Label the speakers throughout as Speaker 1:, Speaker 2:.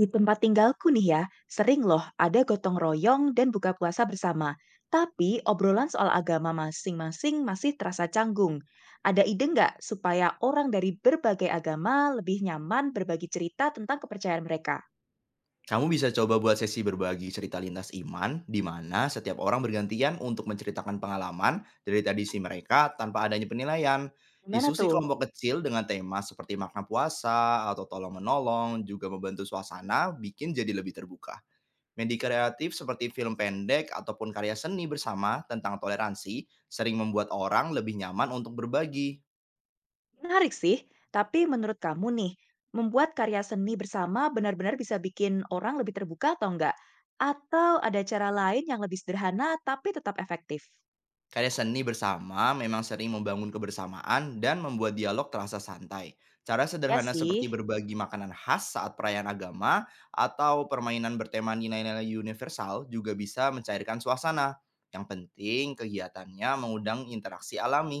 Speaker 1: Di tempat tinggalku nih ya, sering loh ada gotong royong dan buka puasa bersama. Tapi obrolan soal agama masing-masing masih terasa canggung. Ada ide nggak supaya orang dari berbagai agama lebih nyaman berbagi cerita tentang kepercayaan mereka?
Speaker 2: Kamu bisa coba buat sesi berbagi cerita lintas iman, di mana setiap orang bergantian untuk menceritakan pengalaman dari tradisi mereka tanpa adanya penilaian.
Speaker 1: Gimana
Speaker 2: Diskusi
Speaker 1: tuh?
Speaker 2: kelompok kecil dengan tema seperti makna puasa atau tolong-menolong juga membantu suasana bikin jadi lebih terbuka. Media kreatif seperti film pendek ataupun karya seni bersama tentang toleransi sering membuat orang lebih nyaman untuk berbagi.
Speaker 1: Menarik sih, tapi menurut kamu nih, membuat karya seni bersama benar-benar bisa bikin orang lebih terbuka atau enggak? Atau ada cara lain yang lebih sederhana tapi tetap efektif?
Speaker 2: Karya seni bersama memang sering membangun kebersamaan dan membuat dialog terasa santai. Cara
Speaker 1: Ya
Speaker 2: sederhana seperti
Speaker 1: sih.
Speaker 2: berbagi makanan khas saat perayaan agama atau permainan bertema nilai-nilai universal juga bisa mencairkan suasana. Yang penting, kegiatannya mengundang interaksi alami.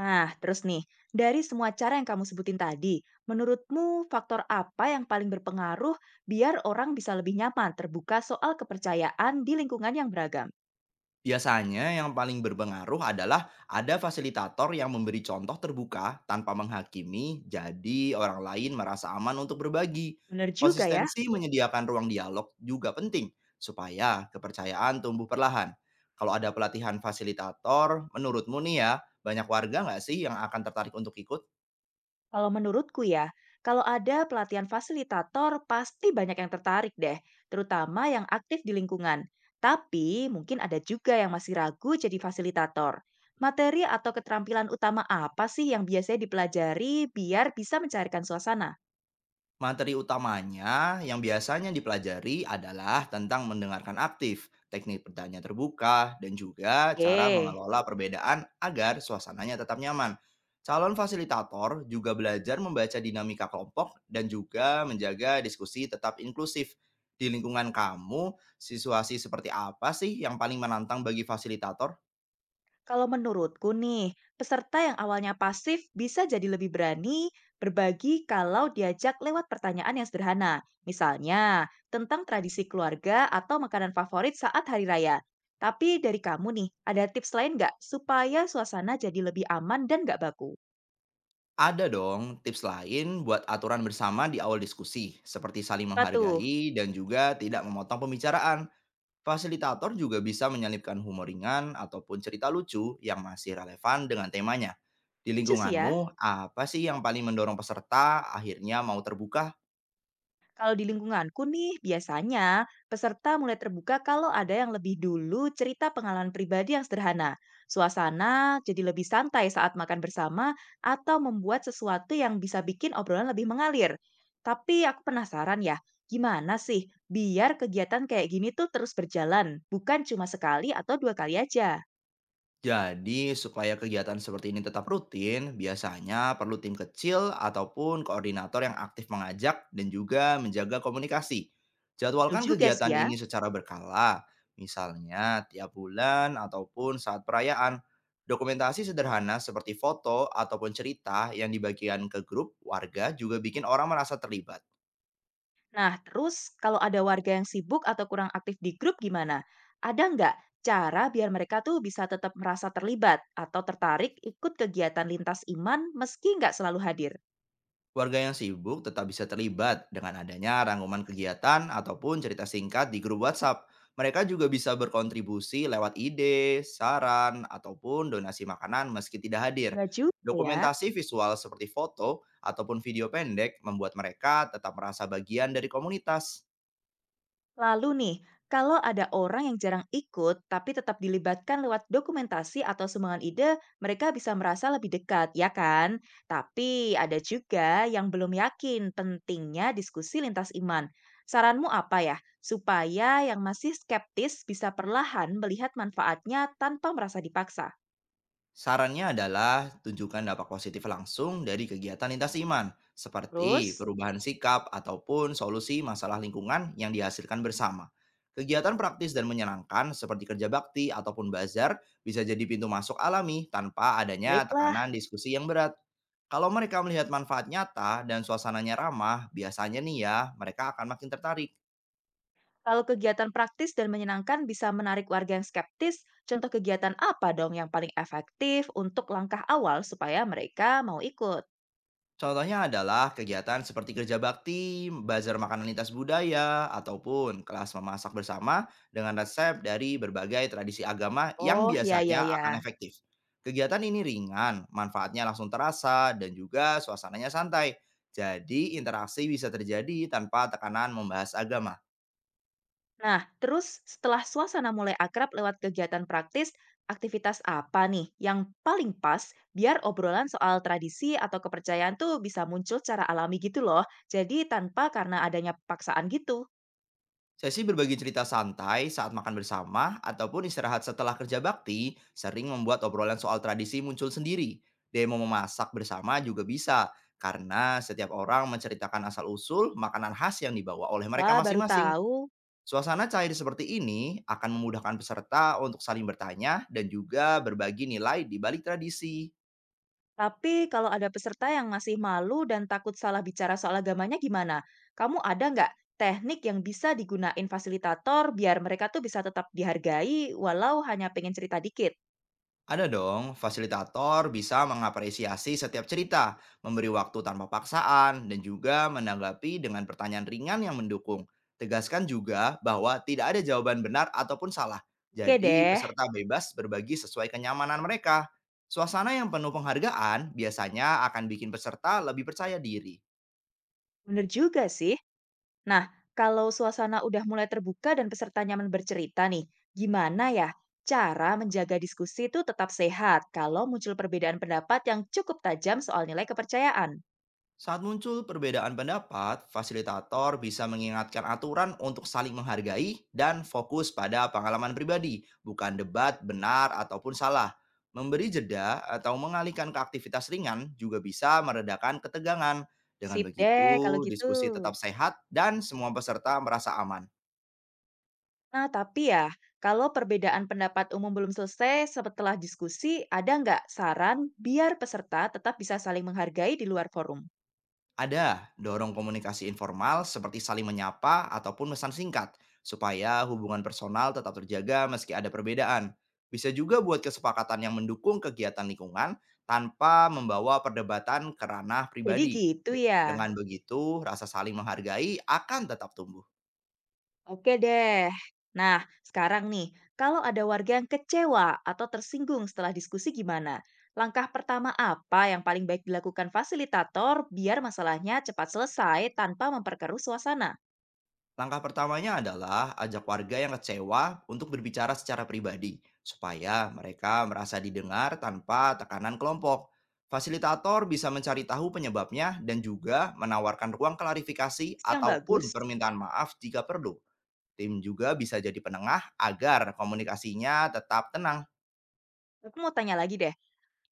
Speaker 1: Nah, terus nih, dari semua cara yang kamu sebutin tadi, menurutmu faktor apa yang paling berpengaruh biar orang bisa lebih nyaman terbuka soal kepercayaan di lingkungan yang beragam?
Speaker 2: Biasanya yang paling berpengaruh adalah ada fasilitator yang memberi contoh terbuka tanpa menghakimi, jadi orang lain merasa aman untuk berbagi.
Speaker 1: Bener juga ya,
Speaker 2: Konsistensi menyediakan ruang dialog juga penting supaya kepercayaan tumbuh perlahan. Kalau ada pelatihan fasilitator, menurutmu nih ya, banyak warga nggak sih yang akan tertarik untuk ikut?
Speaker 1: kalau menurutku ya, kalau ada pelatihan fasilitator pasti banyak yang tertarik deh, terutama yang aktif di lingkungan. Tapi mungkin ada juga yang masih ragu jadi fasilitator. Materi atau keterampilan utama apa sih yang biasanya dipelajari biar bisa mencarikan suasana?
Speaker 2: Materi utamanya yang biasanya dipelajari adalah tentang mendengarkan aktif, teknik bertanya terbuka, dan juga cara
Speaker 1: Oke.
Speaker 2: mengelola perbedaan agar suasananya tetap nyaman. Calon fasilitator juga belajar membaca dinamika kelompok dan juga menjaga diskusi tetap inklusif. Di lingkungan kamu, situasi seperti apa sih yang paling menantang bagi fasilitator?
Speaker 1: Kalau menurutku nih, peserta yang awalnya pasif bisa jadi lebih berani berbagi kalau diajak lewat pertanyaan yang sederhana. Misalnya, tentang tradisi keluarga atau makanan favorit saat hari raya. Tapi dari kamu nih, ada tips lain nggak supaya suasana jadi lebih aman dan nggak baku?
Speaker 2: Ada dong tips lain buat aturan bersama di awal diskusi, seperti saling
Speaker 1: Patuh,
Speaker 2: menghargai dan juga tidak memotong pembicaraan. Fasilitator juga bisa menyelipkan humor ringan ataupun cerita lucu yang masih relevan dengan temanya. Di
Speaker 1: lucu sih ya.
Speaker 2: lingkunganmu, apa sih yang paling mendorong peserta akhirnya mau terbuka?
Speaker 1: Kalau di lingkunganku nih, biasanya peserta mulai terbuka kalau ada yang lebih dulu cerita pengalaman pribadi yang sederhana. Suasana jadi lebih santai saat makan bersama atau membuat sesuatu yang bisa bikin obrolan lebih mengalir. Tapi aku penasaran ya, gimana sih biar kegiatan kayak gini tuh terus berjalan, bukan cuma sekali atau dua kali aja.
Speaker 2: Jadi, supaya kegiatan seperti ini tetap rutin, biasanya perlu tim kecil ataupun koordinator yang aktif mengajak dan juga menjaga komunikasi.
Speaker 1: Betul
Speaker 2: Jadwalkan
Speaker 1: juga sih
Speaker 2: kegiatan
Speaker 1: ya.
Speaker 2: ini secara berkala, misalnya tiap bulan ataupun saat perayaan. Dokumentasi sederhana seperti foto ataupun cerita yang dibagikan ke grup warga juga bikin orang merasa terlibat.
Speaker 1: Nah, terus kalau ada warga yang sibuk atau kurang aktif di grup gimana? Ada nggak cara biar mereka tuh bisa tetap merasa terlibat atau tertarik ikut kegiatan lintas iman meski nggak selalu hadir?
Speaker 2: Warga yang sibuk tetap bisa terlibat dengan adanya rangkuman kegiatan ataupun cerita singkat di grup WhatsApp. Mereka juga bisa berkontribusi lewat ide, saran, ataupun donasi makanan meski tidak hadir.
Speaker 1: Nggak juga ya.
Speaker 2: Dokumentasi visual seperti foto ataupun video pendek membuat mereka tetap merasa bagian dari komunitas.
Speaker 1: Lalu nih, kalau ada orang yang jarang ikut tapi tetap dilibatkan lewat dokumentasi atau sumbangan ide, mereka bisa merasa lebih dekat, ya kan? Tapi ada juga yang belum yakin pentingnya diskusi lintas iman. Saranmu apa ya? Supaya yang masih skeptis bisa perlahan melihat manfaatnya tanpa merasa dipaksa.
Speaker 2: Sarannya adalah tunjukkan dampak positif langsung dari kegiatan lintas iman, seperti
Speaker 1: Terus,
Speaker 2: perubahan sikap ataupun solusi masalah lingkungan yang dihasilkan bersama. Kegiatan praktis dan menyenangkan seperti kerja bakti ataupun bazar bisa jadi pintu masuk alami tanpa adanya
Speaker 1: baiklah.
Speaker 2: tekanan diskusi yang berat. Kalau mereka melihat manfaat nyata dan suasananya ramah, biasanya nih ya, mereka akan makin tertarik.
Speaker 1: Kalau kegiatan praktis dan menyenangkan bisa menarik warga yang skeptis, contoh kegiatan apa dong yang paling efektif untuk langkah awal supaya mereka mau ikut?
Speaker 2: Contohnya adalah kegiatan seperti kerja bakti, bazar makanan lintas budaya, ataupun kelas memasak bersama dengan resep dari berbagai tradisi agama yang
Speaker 1: Oh, ya, ya,
Speaker 2: biasanya akan
Speaker 1: ya.
Speaker 2: efektif. Kegiatan ini ringan, manfaatnya langsung terasa, dan juga suasananya santai. Jadi, interaksi bisa terjadi tanpa tekanan membahas agama.
Speaker 1: Nah, terus setelah suasana mulai akrab lewat kegiatan praktis, aktivitas apa nih yang paling pas biar obrolan soal tradisi atau kepercayaan tuh bisa muncul secara alami gitu loh. Jadi tanpa karena adanya paksaan gitu.
Speaker 2: Sesi berbagi cerita santai saat makan bersama ataupun istirahat setelah kerja bakti sering membuat obrolan soal tradisi muncul sendiri. Demo memasak bersama juga bisa, karena setiap orang menceritakan asal-usul makanan khas yang dibawa oleh mereka
Speaker 1: Wah, baru
Speaker 2: masing-masing.
Speaker 1: tahu.
Speaker 2: Suasana cair seperti ini akan memudahkan peserta untuk saling bertanya dan juga berbagi nilai di balik tradisi.
Speaker 1: Tapi kalau ada peserta yang masih malu dan takut salah bicara soal agamanya gimana? Kamu ada nggak teknik yang bisa digunain fasilitator biar mereka tuh bisa tetap dihargai walau hanya pengen cerita dikit?
Speaker 2: Ada dong, fasilitator bisa mengapresiasi setiap cerita, memberi waktu tanpa paksaan, dan juga menanggapi dengan pertanyaan ringan yang mendukung. Tegaskan juga bahwa tidak ada jawaban benar ataupun salah.
Speaker 1: Oke
Speaker 2: Jadi,
Speaker 1: deh,
Speaker 2: peserta bebas berbagi sesuai kenyamanan mereka. Suasana yang penuh penghargaan biasanya akan bikin peserta lebih percaya diri.
Speaker 1: bener juga sih. Nah, kalau suasana udah mulai terbuka dan peserta nyaman bercerita nih, gimana ya cara menjaga diskusi itu tetap sehat kalau muncul perbedaan pendapat yang cukup tajam soal nilai kepercayaan?
Speaker 2: Saat muncul perbedaan pendapat, fasilitator bisa mengingatkan aturan untuk saling menghargai dan fokus pada pengalaman pribadi, bukan debat benar ataupun salah. Memberi jeda atau mengalihkan ke aktivitas ringan juga bisa meredakan ketegangan. Dengan
Speaker 1: Sip
Speaker 2: begitu,
Speaker 1: deh kalau gitu.
Speaker 2: diskusi tetap sehat dan semua peserta merasa aman.
Speaker 1: Nah, tapi ya, kalau perbedaan pendapat umum belum selesai setelah diskusi, ada nggak saran biar peserta tetap bisa saling menghargai di luar forum?
Speaker 2: Ada, dorong komunikasi informal seperti saling menyapa ataupun pesan singkat, supaya hubungan personal tetap terjaga meski ada perbedaan. Bisa juga buat kesepakatan yang mendukung kegiatan lingkungan tanpa membawa perdebatan ke ranah
Speaker 1: Jadi
Speaker 2: pribadi.
Speaker 1: gitu ya.
Speaker 2: Dengan begitu, rasa saling menghargai akan tetap tumbuh.
Speaker 1: Oke deh. Nah, sekarang nih, kalau ada warga yang kecewa atau tersinggung setelah diskusi gimana? Langkah pertama apa yang paling baik dilakukan fasilitator biar masalahnya cepat selesai tanpa memperkeruh suasana?
Speaker 2: Langkah pertamanya adalah ajak warga yang kecewa untuk berbicara secara pribadi, supaya mereka merasa didengar tanpa tekanan kelompok. Fasilitator bisa mencari tahu penyebabnya dan juga menawarkan ruang klarifikasi
Speaker 1: Yang bagus.
Speaker 2: ataupun permintaan maaf jika perlu. Tim juga bisa jadi penengah agar komunikasinya tetap tenang.
Speaker 1: Aku mau tanya lagi deh.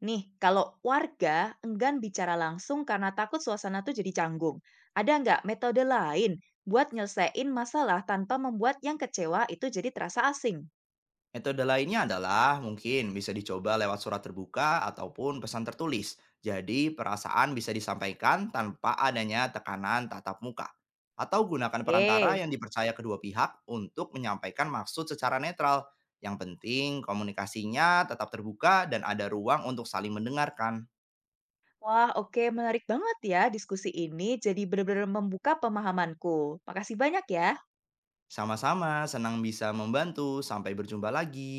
Speaker 1: Nih, kalau warga enggan bicara langsung karena takut suasana tuh jadi canggung, ada nggak metode lain buat nyelesain masalah tanpa membuat yang kecewa itu jadi terasa asing?
Speaker 2: Metode lainnya adalah mungkin bisa dicoba lewat surat terbuka ataupun pesan tertulis. Jadi perasaan bisa disampaikan tanpa adanya tekanan tatap muka. Atau gunakan perantara
Speaker 1: Oke.
Speaker 2: yang dipercaya kedua pihak untuk menyampaikan maksud secara netral. Yang penting komunikasinya tetap terbuka dan ada ruang untuk saling mendengarkan.
Speaker 1: Wah, oke, menarik banget ya diskusi ini. Jadi benar-benar membuka pemahamanku. Makasih banyak ya.
Speaker 2: Sama-sama senang bisa membantu. Sampai berjumpa lagi.